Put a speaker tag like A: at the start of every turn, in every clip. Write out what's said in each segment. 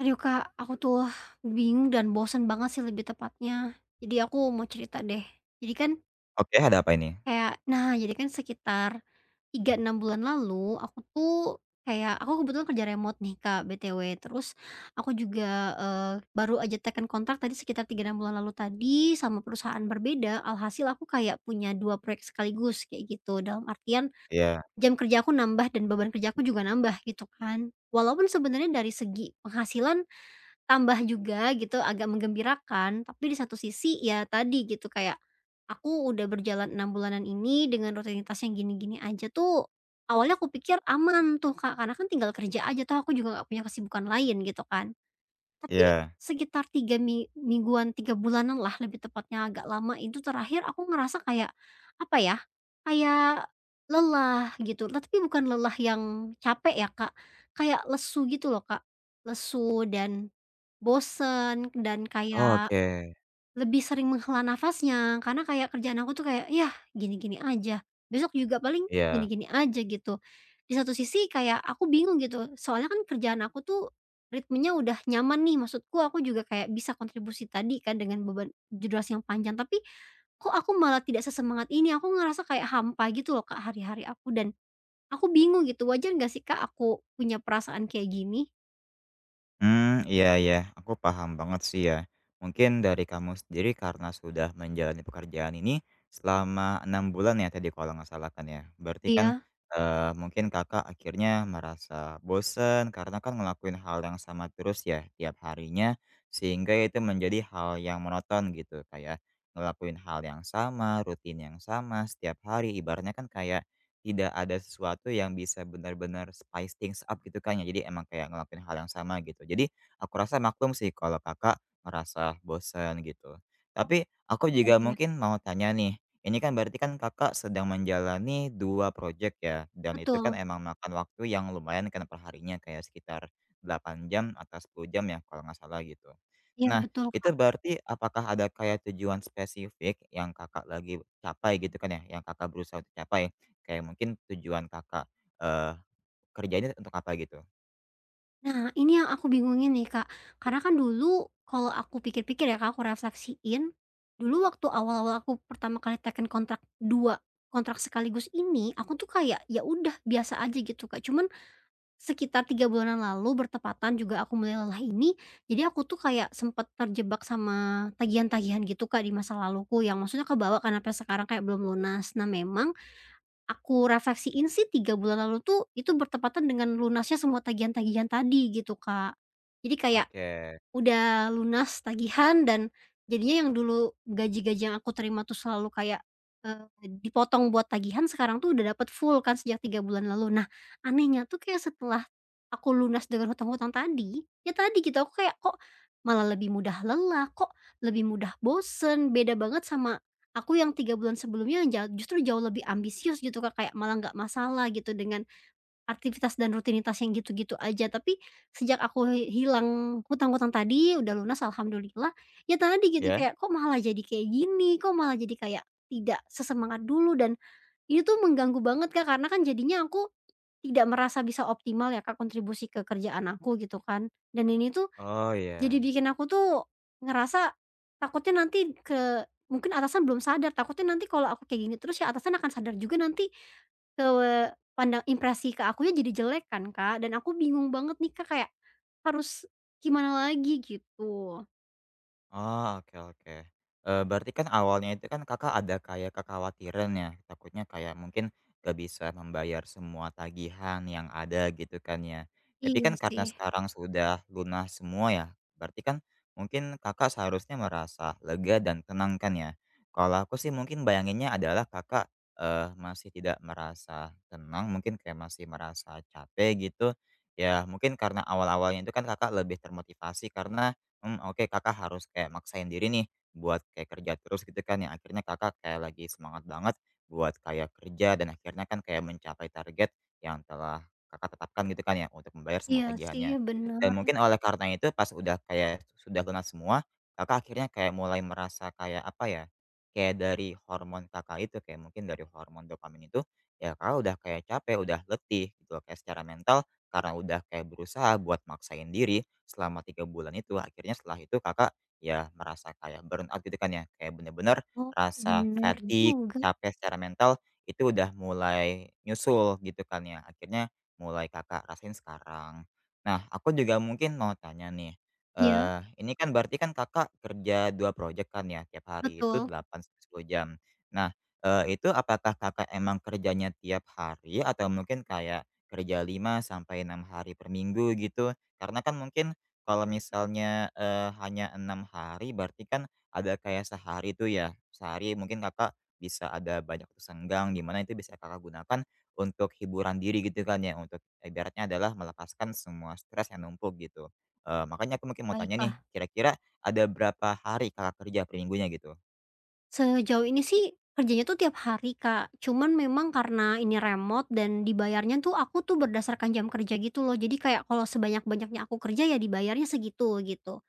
A: Aduh Kak, aku tuh bingung dan bosen banget sih lebih tepatnya. Jadi aku mau cerita deh. Jadi kan
B: Oke, ada apa ini?
A: nah, jadi kan sekitar 3-6 bulan lalu aku tuh aku kebetulan kerja remote nih Kak BTW. Terus aku juga eh, baru aja tekan kontrak tadi sekitar 3-6 bulan lalu tadi sama perusahaan berbeda. Alhasil aku kayak punya dua proyek sekaligus kayak gitu. Dalam artian
B: Iya
A: jam kerja aku nambah dan beban kerja aku juga nambah gitu kan. Walaupun sebenarnya dari segi penghasilan tambah juga gitu agak menggembirakan, tapi di satu sisi ya tadi gitu kayak, aku udah berjalan 6 bulanan ini dengan rutinitas yang gini-gini aja tuh, awalnya aku pikir aman tuh Kak, karena kan tinggal kerja aja tuh aku juga nggak punya kesibukan lain gitu kan. Tapi
B: iya.
A: sekitar 3 mingguan, 3 bulanan lah lebih tepatnya agak lama itu terakhir aku ngerasa kayak, apa ya, kayak lelah gitu. Nah, tapi bukan lelah yang capek ya Kak, kayak lesu gitu loh Kak, lesu dan bosen dan kayak
B: Oke,
A: lebih sering menghela nafasnya, karena kayak kerjaan aku tuh kayak, "Yah gini-gini aja, besok juga paling
B: iya.
A: gini-gini aja," gitu. Di satu sisi kayak aku bingung gitu, soalnya kan kerjaan aku tuh ritmenya udah nyaman nih, maksudku aku juga kayak bisa kontribusi tadi kan dengan beban durasi yang panjang, tapi kok aku malah tidak sesemangat ini, aku ngerasa kayak hampa gitu loh, Kak, hari-hari aku dan aku bingung gitu, wajar nggak sih, Kak, aku punya perasaan kayak gini?
B: Hmm, iya iya, aku paham banget sih ya. Mungkin dari kamu sendiri karena sudah menjalani pekerjaan ini selama 6 bulan ya tadi kalau nggak salah kan ya? Berarti kan,
A: Iya,
B: mungkin Kakak akhirnya merasa bosen karena kan ngelakuin hal yang sama terus ya tiap harinya, sehingga itu menjadi hal yang monoton gitu, kayak ngelakuin hal yang sama, rutin yang sama setiap hari, ibaratnya kan kayak tidak ada sesuatu yang bisa benar-benar spice things up gitu kan ya. Jadi emang kayak ngelakuin hal yang sama gitu. Jadi aku rasa maklum sih kalau Kakak merasa bosan gitu. Tapi aku
A: wajar
B: juga
A: ya.
B: mungkin mau tanya nih, ini kan berarti kan Kakak sedang menjalani 2 project ya, dan itu kan
A: Betul,
B: emang makan waktu yang lumayan kan perharinya kayak sekitar 8 jam atau 10 jam ya kalau nggak salah gitu.
A: iya
B: Nah,
A: betul,
B: itu
A: Kak.
B: berarti apakah ada kayak tujuan spesifik yang Kakak lagi capai gitu kan ya, yang Kakak berusaha untuk capai? Kayak mungkin tujuan Kakak, eee, kerja ini untuk apa gitu?
A: Nah, ini yang aku bingungin nih, Kak. Karena kan dulu kalau aku pikir-pikir ya, Kak, aku refleksiin, dulu waktu awal-awal aku pertama kali teken kontrak 2 kontrak sekaligus ini, aku tuh kayak, ya udah biasa aja gitu, Kak. Cuman sekitar 3 bulanan lalu bertepatan juga aku mulai lelah ini, jadi aku tuh kayak sempat terjebak sama tagihan-tagihan gitu, Kak, di masa laluku yang maksudnya kebawa karena sampai sekarang kayak belum lunas. Nah, memang aku refleksiin sih 3 bulan lalu tuh, itu bertepatan dengan lunasnya semua tagihan-tagihan tadi gitu, Kak. Jadi kayak,
B: Oke.
A: udah lunas tagihan dan jadinya yang dulu gaji-gaji yang aku terima tuh selalu kayak, eee, dipotong buat tagihan sekarang tuh udah dapat full kan sejak 3 bulan lalu. Nah, anehnya tuh kayak setelah aku lunas dengan hutang-hutang tadi, ya tadi gitu aku kayak kok malah lebih mudah lelah, kok lebih mudah bosen, beda banget sama aku yang 3 bulan sebelumnya yang justru jauh lebih ambisius gitu Kak, kayak malah nggak masalah gitu dengan aktivitas dan rutinitas yang gitu-gitu aja, tapi sejak aku hilang hutang-hutang tadi, udah lunas alhamdulillah, ya tadi gitu
B: Ya.
A: kayak, kok malah jadi kayak gini, kok malah jadi kayak tidak sesemangat dulu dan ini tuh mengganggu banget, Kak, karena kan jadinya aku tidak merasa bisa optimal ya, Kak, kontribusi ke kerjaan aku gitu kan. Dan ini tuh
B: Oh,
A: jadi
B: iya.
A: bikin aku tuh ngerasa takutnya nanti ke mungkin atasan belum sadar, takutnya nanti kalau aku kayak gini terus ya atasan akan sadar juga nanti ke pandang impresi ke akunya jadi jelek kan, Kak, dan aku bingung banget nih, Kak, kayak harus gimana lagi gitu.
B: Oh, oke oke. Berarti kan awalnya itu kan Kakak ada kayak kekhawatiran ya, takutnya kayak mungkin gak bisa membayar semua tagihan yang ada gitu kan ya. Tapi
A: Iya
B: kan
A: sih,
B: karena sekarang sudah lunas semua ya, berarti kan mungkin Kakak seharusnya merasa lega dan tenang kan ya. Kalau aku sih mungkin bayanginnya adalah Kakak, masih tidak merasa tenang, mungkin kayak masih merasa capek gitu. Ya mungkin karena awal-awalnya itu kan Kakak lebih termotivasi karena oke Kakak harus kayak maksain diri nih buat kayak kerja terus gitu kan yang akhirnya Kakak kayak lagi semangat banget buat kayak kerja dan akhirnya kan kayak mencapai target yang telah Kakak tetapkan gitu kan ya untuk membayar semua
A: iya sih,
B: tagihannya. Dan
A: bener.
B: mungkin oleh karena itu pas udah kayak sudah lunas semua, Kakak akhirnya kayak mulai merasa kayak apa ya, kayak dari hormon Kakak itu, kayak mungkin dari hormon dopamin itu, ya Kakak udah kayak capek, udah letih gitu loh, kayak secara mental karena udah kayak berusaha buat maksain diri selama 3 bulan itu, akhirnya setelah itu Kakak ya merasa kayak burnout gitu kan ya, kayak bener-bener
A: Oh,
B: rasa
A: bener
B: fatigue,
A: juga.
B: capek secara mental itu udah mulai nyusul gitu kan ya, akhirnya mulai Kakak rasain sekarang. Nah, aku juga mungkin mau tanya nih,
A: Iya,
B: eee, ini kan berarti kan Kakak kerja 2 proyek kan ya, tiap hari itu
A: betul.
B: 8 sampai 10 jam. Nah, itu apakah Kakak emang kerjanya tiap hari atau mungkin kayak kerja 5 sampai 6 hari per minggu gitu, karena kan mungkin kalau misalnya, hanya 6 hari berarti kan ada kayak sehari tuh ya, sehari mungkin Kakak bisa ada banyak waktu senggang di mana itu bisa Kakak gunakan untuk hiburan diri gitu kan ya, untuk ibaratnya adalah melepaskan semua stres yang numpuk gitu. Makanya aku mungkin mau tanya nih,
A: Baiklah.
B: kira-kira ada berapa hari Kakak kerja per minggunya gitu?
A: Sejauh ini sih kerjanya tuh tiap hari, Kak, cuman memang karena ini remote dan dibayarnya tuh aku tuh berdasarkan jam kerja gitu loh. Jadi kayak kalau sebanyak-banyaknya aku kerja ya dibayarnya segitu, gitu.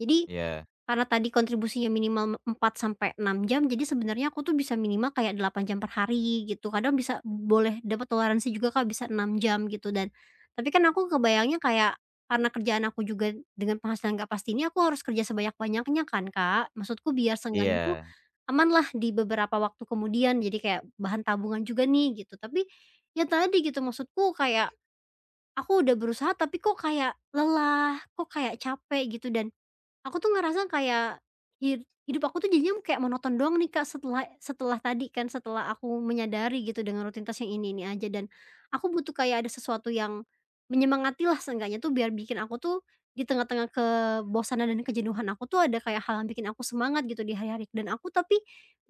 A: Jadi
B: Iya,
A: karena tadi kontribusinya minimal 4 sampai 6 jam, jadi sebenarnya aku tuh bisa minimal kayak 8 jam per hari gitu, kadang bisa boleh dapat toleransi juga Kak, bisa 6 jam gitu dan tapi kan aku kebayangnya kayak karena kerjaan aku juga dengan penghasilan nggak pasti ini, aku harus kerja sebanyak-banyaknya kan Kak, maksudku biar seenggaknya tuh
B: iya.
A: aman lah di beberapa waktu kemudian, jadi kayak bahan tabungan juga nih gitu. Tapi ya tadi gitu, maksudku kayak aku udah berusaha tapi kok kayak lelah, kok kayak capek gitu dan aku tuh ngerasa kayak hidup aku tuh jadinya kayak monoton doang nih, Kak, setelah setelah tadi kan, setelah aku menyadari gitu dengan rutinitas yang ini-ini aja dan aku butuh kayak ada sesuatu yang menyemangatilah seenggaknya tuh biar bikin aku tuh di tengah-tengah kebosanan dan kejenuhan aku tuh ada kayak hal yang bikin aku semangat gitu di hari-hari dan aku tapi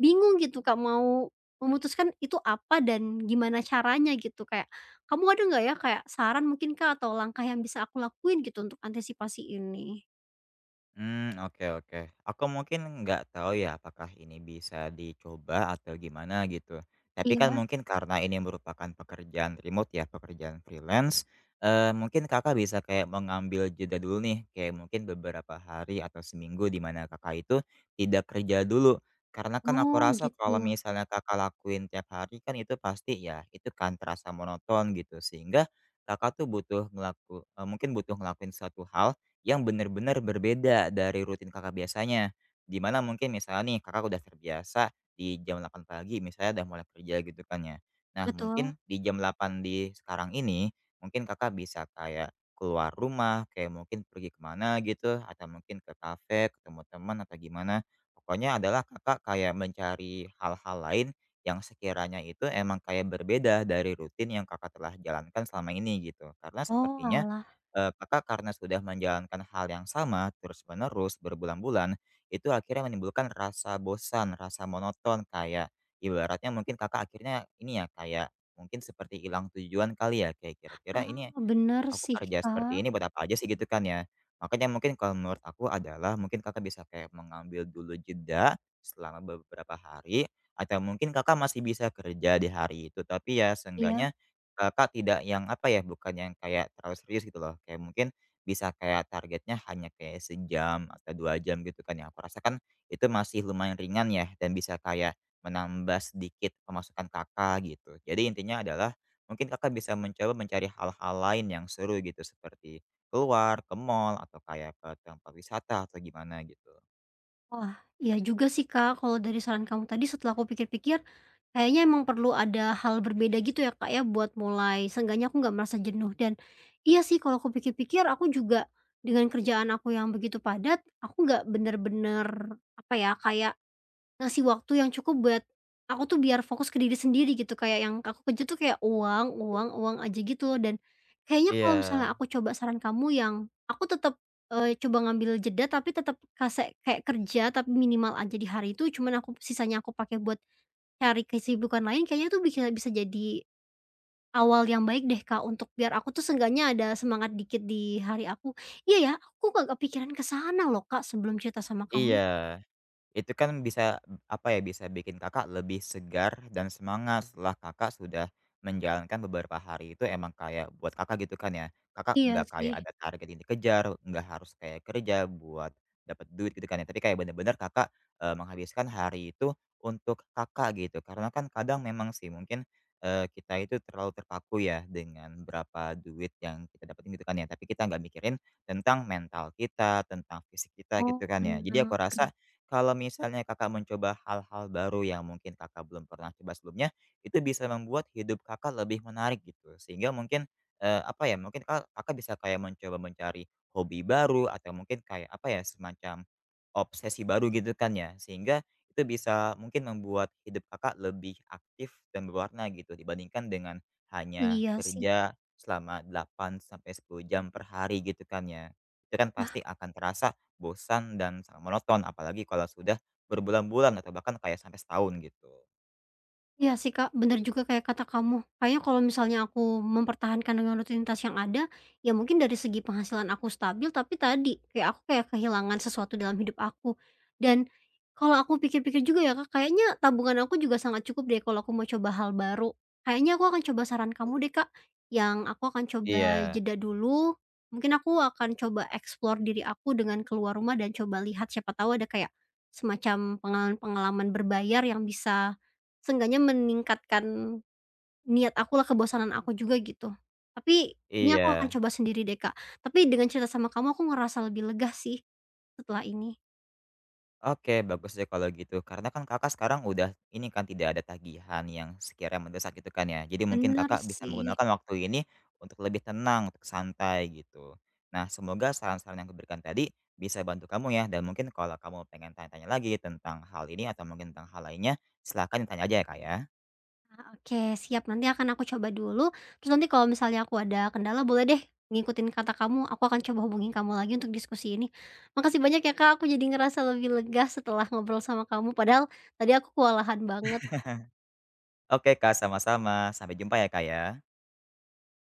A: bingung gitu, Kak, mau memutuskan itu apa dan gimana caranya gitu. Kayak kamu ada nggak ya kayak saran mungkin, Kak, atau langkah yang bisa aku lakuin gitu untuk antisipasi ini?
B: Hmm, oke oke. Aku mungkin nggak tahu ya apakah ini bisa dicoba atau gimana gitu. Tapi kan
A: Iya.
B: mungkin karena ini merupakan pekerjaan remote ya, pekerjaan freelance, mungkin Kakak bisa kayak mengambil jeda dulu nih, kayak mungkin beberapa hari atau seminggu di mana Kakak itu tidak kerja dulu. Karena kan aku
A: Oh
B: rasa
A: gitu,
B: kalau misalnya Kakak lakuin tiap hari kan itu pasti ya, itu kan terasa monoton gitu. Sehingga Kakak tuh butuh mungkin butuh ngelakuin suatu hal yang benar-benar berbeda dari rutin Kakak biasanya. Dimana mungkin misalnya nih Kakak udah terbiasa di jam 8 pagi misalnya udah mulai kerja gitu kan ya. Nah
A: betul.
B: mungkin di jam 8 di sekarang ini, mungkin Kakak bisa kayak keluar rumah, kayak mungkin pergi kemana gitu, atau mungkin ke kafe, ketemu teman atau gimana. Pokoknya adalah Kakak kayak mencari hal-hal lain yang sekiranya itu emang kayak berbeda dari rutin yang Kakak telah jalankan selama ini gitu. Karena
A: Oh,
B: sepertinya
A: oalah,
B: Kakak karena sudah menjalankan hal yang sama terus-menerus berbulan-bulan, itu akhirnya menimbulkan rasa bosan, rasa monoton kayak ibaratnya mungkin Kakak akhirnya ini ya, kayak mungkin seperti hilang tujuan kali ya? Kayak kira-kira ini
A: ah, bener
B: aku
A: sih,
B: kerja
A: Kak,
B: seperti ini buat apa aja sih gitu kan ya. Makanya mungkin kalau menurut aku adalah mungkin Kakak bisa kayak mengambil dulu jeda selama beberapa hari atau mungkin Kakak masih bisa kerja di hari itu tapi ya
A: iya.
B: seenggaknya Kakak tidak yang apa ya, bukan yang kayak terlalu serius gitu loh. Kayak mungkin bisa kayak targetnya hanya kayak sejam atau 2 jam gitu kan ya. Aku rasa kan itu masih lumayan ringan ya dan bisa kayak menambah sedikit pemasukan Kakak gitu. Jadi intinya adalah mungkin Kakak bisa mencoba mencari hal-hal lain yang seru gitu seperti keluar, ke mall, atau kayak ke tempat wisata atau gimana gitu.
A: Wah, iya juga sih, Kak, kalau dari saran kamu tadi setelah aku pikir-pikir, kayaknya emang perlu ada hal berbeda gitu ya, Kak, ya, buat mulai seenggaknya aku nggak merasa jenuh dan iya sih kalau aku pikir-pikir aku juga dengan kerjaan aku yang begitu padat, aku nggak bener-bener, apa ya, kayak ngasih waktu yang cukup buat aku tuh biar fokus ke diri sendiri gitu, kayak yang aku kejar tuh kayak uang uang uang aja gitu loh dan kayaknya kalau
B: Iya,
A: misalnya aku coba saran kamu yang aku tetap coba ngambil jeda tapi tetap kase kayak kerja tapi minimal aja di hari itu cuman aku sisanya aku pakai buat cari kesibukan lain kayaknya tuh bisa bisa jadi awal yang baik deh, Kak, untuk biar aku tuh seenggaknya ada semangat dikit di hari aku. Iya ya, aku gak kepikiran ke sana loh, Kak, sebelum cerita sama kamu.
B: iya. Itu kan bisa, apa ya, bisa bikin Kakak lebih segar dan semangat setelah Kakak sudah menjalankan beberapa hari itu emang kayak buat Kakak gitu kan ya. Kakak
A: Iya
B: nggak
A: sih.
B: kayak ada target yang dikejar, nggak harus kayak kerja buat dapat duit gitu kan ya. Tapi kayak bener-bener Kakak, menghabiskan hari itu untuk Kakak gitu. Karena kan kadang memang sih mungkin, kita itu terlalu terpaku ya dengan berapa duit yang kita dapetin gitu kan ya. Tapi kita nggak mikirin tentang mental kita, tentang fisik kita
A: Oh,
B: gitu kan ya. Jadi
A: benar.
B: aku rasa kalau misalnya Kakak mencoba hal-hal baru yang mungkin Kakak belum pernah coba sebelumnya, itu bisa membuat hidup Kakak lebih menarik gitu. Sehingga mungkin, apa ya, mungkin Kakak bisa kayak mencoba mencari hobi baru atau mungkin kayak apa ya, semacam obsesi baru gitu kan ya. Sehingga itu bisa mungkin membuat hidup Kakak lebih aktif dan berwarna gitu dibandingkan dengan hanya
A: Iya sih,
B: kerja selama 8 sampai 10 jam per hari gitu kan ya. Itu kan pasti akan terasa bosan dan sangat monoton, apalagi kalau sudah berbulan-bulan atau bahkan kayak sampai setahun gitu.
A: iya sih, Kak, bener juga kayak kata kamu. Kayaknya kalau misalnya aku mempertahankan dengan rutinitas yang ada, ya mungkin dari segi penghasilan aku stabil, tapi tadi, kayak aku kayak kehilangan sesuatu dalam hidup aku. Dan, kalau aku pikir-pikir juga ya, Kak, kayaknya tabungan aku juga sangat cukup deh kalau aku mau coba hal baru. Kayaknya aku akan coba saran kamu deh, Kak, yang aku akan coba
B: Iya
A: jeda dulu, mungkin aku akan coba explore diri aku dengan keluar rumah dan coba lihat, siapa tahu ada kayak semacam pengalaman-pengalaman berbayar yang bisa seenggaknya meningkatkan niat aku lah kebosanan aku juga gitu. Tapi ini aku akan
B: iya.
A: coba sendiri deh, Kak. Tapi dengan cerita sama kamu aku ngerasa lebih lega sih setelah ini.
B: Oke, bagus deh kalau gitu. Karena kan Kakak sekarang udah ini kan tidak ada tagihan yang sekiranya mendesak gitu kan ya. Jadi mungkin
A: Bener
B: Kakak bisa
A: sih.
B: menggunakan waktu ini untuk lebih tenang, untuk santai gitu. Nah, semoga saran-saran yang kuberikan tadi bisa bantu kamu ya dan mungkin kalau kamu pengen tanya-tanya lagi tentang hal ini atau mungkin tentang hal lainnya, silahkan tanya aja ya, Kak, ya.
A: Ah, oke siap, nanti akan aku coba dulu, terus nanti kalau misalnya aku ada kendala boleh deh ngikutin kata kamu, aku akan coba hubungin kamu lagi untuk diskusi ini. Makasih banyak ya, Kak, aku jadi ngerasa lebih lega setelah ngobrol sama kamu, padahal tadi aku kewalahan banget.
B: Oke, Kak, sama-sama. Sampai jumpa ya, Kak, ya.